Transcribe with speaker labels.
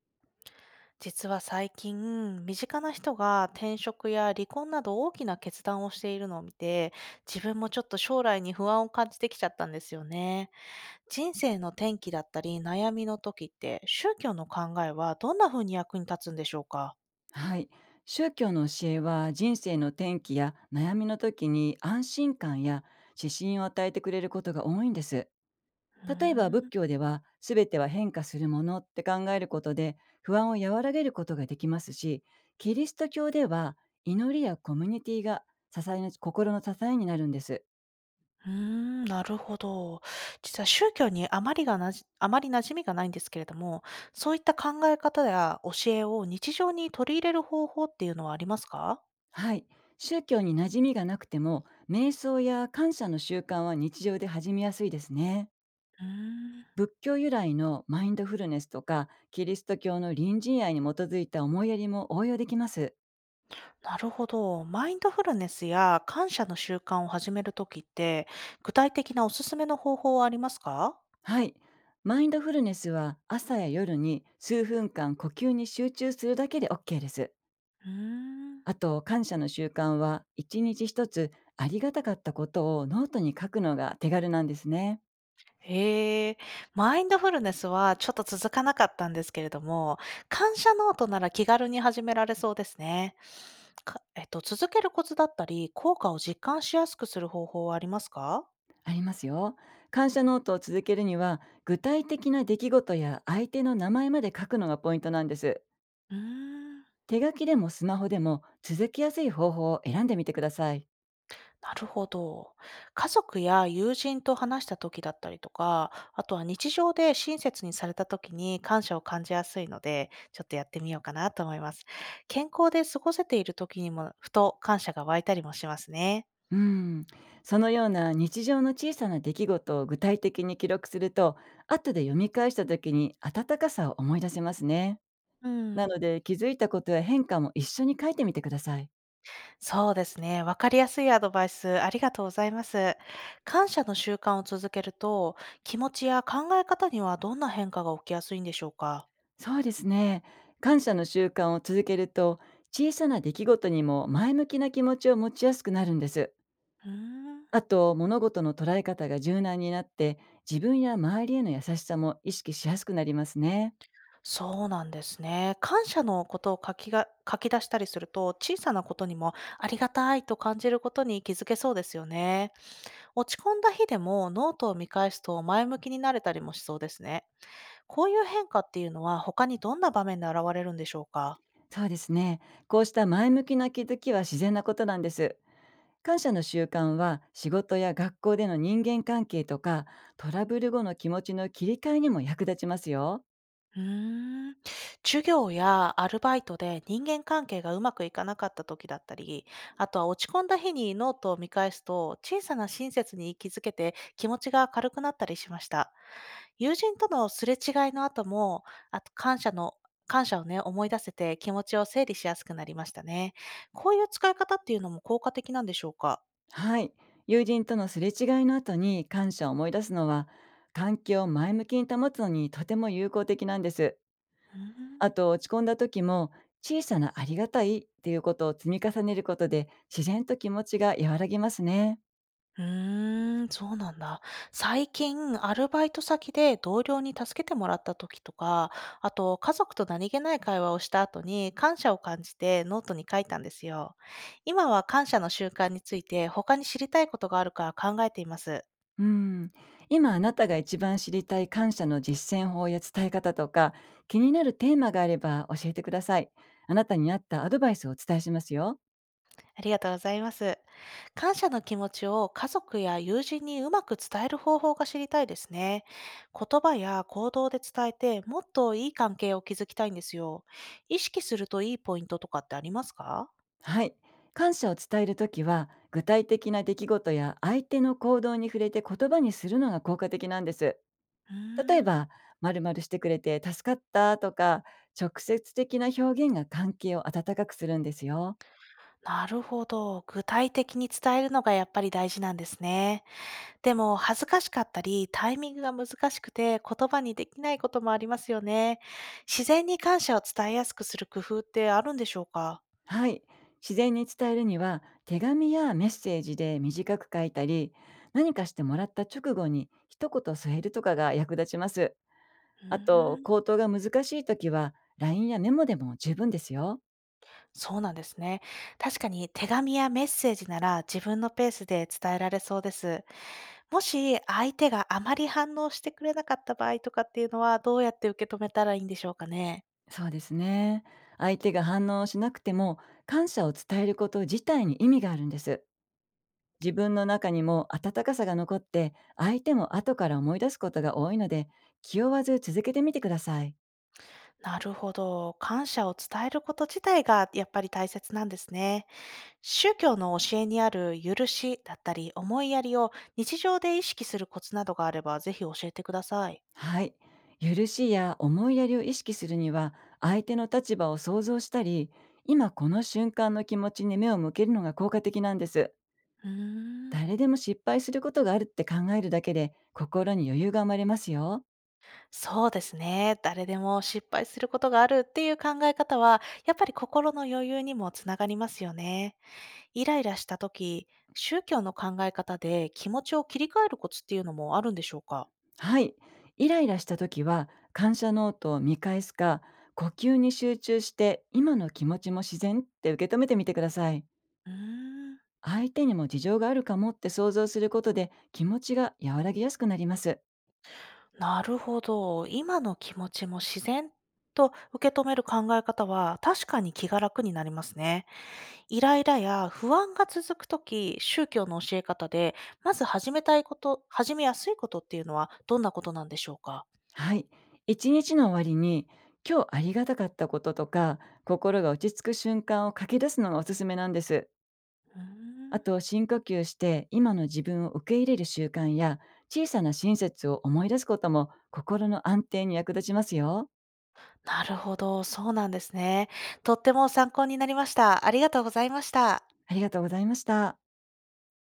Speaker 1: 実は最近、身近な人が転職や離婚など大きな決断をしているのを見て、自分もちょっと将来に不安を感じてきちゃったんですよね。人生の転機だったり悩みの時って、宗教の考えはどんな風に役に立つんでしょうか？
Speaker 2: はい。宗教の教えは人生の転機や悩みの時に安心感や指針を与えてくれることが多いんです。
Speaker 1: うー
Speaker 2: 例えば仏
Speaker 1: ん、
Speaker 2: 教では全ては変化するものって考えることで不安を和らげることができますし、キリスト教では祈りやコミュニティが支えの心の支えになるんです。
Speaker 1: うーん。なるほど。実は宗教にあまりがなじ、あまり馴染みがないんですけれども、そういった考え方や教えを日常に取り入れる方法っていうのはありますか？
Speaker 2: はい。宗教に馴染みがなくても瞑想や感謝の習慣は日常で始めやすいですね。
Speaker 1: うーん。
Speaker 2: 仏教由来のマインドフルネスとかキリスト教の隣人愛に基づいた思いやりも応用できます。
Speaker 1: なるほど。マインドフルネスや感謝の習慣を始めるときって、具体的なおすすめの方法はありますか？
Speaker 2: はい。マインドフルネスは朝や夜に数分間呼吸に集中するだけで OK です。
Speaker 1: うーん。
Speaker 2: あと感謝の習慣は一日一つ、ありがたかったことをノートに書くのが手軽なんですね。
Speaker 1: へえ、マインドフルネスはちょっと続かなかったんですけれども、感謝ノートなら気軽に始められそうですね。かえっと、続けるコツだったり、効果を実感しやすくする方法はありますか？
Speaker 2: ありますよ。感謝ノートを続けるには具体的な出来事や相手の名前まで書くのがポイントなんです。
Speaker 1: うーん。
Speaker 2: 手書きでもスマホでも続きやすい方法を選んでみてください。
Speaker 1: なるほど。家族や友人と話した時だったりとか、あとは日常で親切にされた時に感謝を感じやすいので、ちょっとやってみようかなと思います。健康で過ごせている時にも、ふと感謝が湧いたりもしますね。
Speaker 2: うん、そのような日常の小さな出来事を具体的に記録すると後で読み返した時に温かさを思い出せますね。
Speaker 1: う
Speaker 2: な
Speaker 1: ん。
Speaker 2: ので気づいたことや変化も一緒に書いてみてください。
Speaker 1: そうですね。わかりやすいアドバイスありがとうございます。感謝の習慣を続けると、気持ちや考え方にはどんな変化が起きやすいんでしょうか？
Speaker 2: そうですね。感謝の習慣を続けると小さな出来事にも前向きな気持ちを持ちやすくなるんです。
Speaker 1: うー
Speaker 2: あ
Speaker 1: ん。
Speaker 2: と物事の捉え方が柔軟になって自分や周りへの優しさも意識しやすくなりますね。
Speaker 1: そうなんですね。感謝のことを書き出したりすると、小さなことにもありがたいと感じることに気づけそうですよね。落ち込んだ日でもノートを見返すと前向きになれたりもしそうですね。こういう変化っていうのは他にどんな場面で現れるんでしょうか？
Speaker 2: そうですね。こうした前向きな気づきは自然なことなんです。感謝の習慣は仕事や学校での人間関係とかトラブル後の気持ちの切り替えにも役立ちますよ。
Speaker 1: うーん。授業やアルバイトで人間関係がうまくいかなかった時だったり、あとは落ち込んだ日にノートを見返すと、小さな親切に気づけて気持ちが軽くなったりしました。友人とのすれ違いの後も、あと感謝をね、思い出せて気持ちを整理しやすくなりましたね。こういう使い方っていうのも効果的なんでしょうか？
Speaker 2: はい。友人とのすれ違いの後に感謝を思い出すのは環境を前向きに保つのにとても有効的なんです。
Speaker 1: うー
Speaker 2: あ
Speaker 1: ん。
Speaker 2: と落ち込んだ時も小さなありがたいっていうことを積み重ねることで自然と気持ちが和らぎますね。
Speaker 1: うーん、そうなんだ。最近、アルバイト先で同僚に助けてもらった時とか、あと家族と何気ない会話をした後に感謝を感じてノートに書いたんですよ。今は感謝の習慣について他に知りたいことがあるか考えています。
Speaker 2: うん、今あなたが一番知りたい感謝の実践法や伝え方とか、気になるテーマがあれば教えてください。あなたに合ったアドバイスをお伝えしますよ。
Speaker 1: ありがとうございます。感謝の気持ちを家族や友人にうまく伝える方法が知りたいですね。言葉や行動で伝えて、もっといい関係を築きたいんですよ。意識するといいポイントとかってありますか？
Speaker 2: はい。感謝を伝えるときは、具体的な出来事や相手の行動に触れて言葉にするのが効果的なんです。
Speaker 1: うー
Speaker 2: 例えば、
Speaker 1: ん。
Speaker 2: 〇〇してくれて助かったとか、直接的な表現が関係を温かくするんですよ。
Speaker 1: なるほど。具体的に伝えるのがやっぱり大事なんですね。でも、恥ずかしかったり、タイミングが難しくて言葉にできないこともありますよね。自然に感謝を伝えやすくする工夫ってあるんでしょうか？
Speaker 2: はい。自然に伝えるには、手紙やメッセージで短く書いたり、何かしてもらった直後に一言添えるとかが役立ちます。
Speaker 1: うー
Speaker 2: あと、
Speaker 1: ん。
Speaker 2: 口頭が難しいときは、LINE やメモでも十分ですよ。
Speaker 1: そうなんですね。確かに手紙やメッセージなら自分のペースで伝えられそうです。もし相手があまり反応してくれなかった場合とかっていうのはどうやって受け止めたらいいんでしょうかね。
Speaker 2: そうですね。相手が反応しなくても、感謝を伝えること自体に意味があるんです。自分の中にも温かさが残って、相手も後から思い出すことが多いので、気負わず続けてみてください。
Speaker 1: なるほど。感謝を伝えること自体がやっぱり大切なんですね。宗教の教えにある許しだったり思いやりを日常で意識するコツなどがあればぜひ教えてください。
Speaker 2: はい。許しや思いやりを意識するには、相手の立場を想像したり、今この瞬間の気持ちに目を向けるのが効果的なんです。
Speaker 1: うーん。
Speaker 2: 誰でも失敗することがあるって考えるだけで、心に余裕が生まれますよ。
Speaker 1: そうですね。誰でも失敗することがあるっていう考え方は、やっぱり心の余裕にもつながりますよね。イライラした時、宗教の考え方で気持ちを切り替えるコツっていうのもあるんでしょうか？
Speaker 2: はい。イライラした時は、感謝ノートを見返すか、呼吸に集中して、今の気持ちも自然って受け止めてみてください。
Speaker 1: うーん、
Speaker 2: 相手にも事情があるかもって想像することで、気持ちが和らぎやすくなります。
Speaker 1: なるほど。今の気持ちも自然と受け止める考え方は確かに気が楽になりますね。イライラや不安が続く時、宗教の教え方で、まず始めたいこと、始めやすいことっていうのはどんなことなんでしょうか？
Speaker 2: はい。一日の終わりに、今日ありがたかったこととか、心が落ち着く瞬間を書き出すのがおすすめなんです。
Speaker 1: うー
Speaker 2: あ
Speaker 1: ん、
Speaker 2: と、深呼吸して、今の自分を受け入れる習慣や、小さな親切を思い出すことも、心の安定に役立ちますよ。
Speaker 1: なるほど、そうなんですね。とっても参考になりました。ありがとうございました。
Speaker 2: ありがとうございました。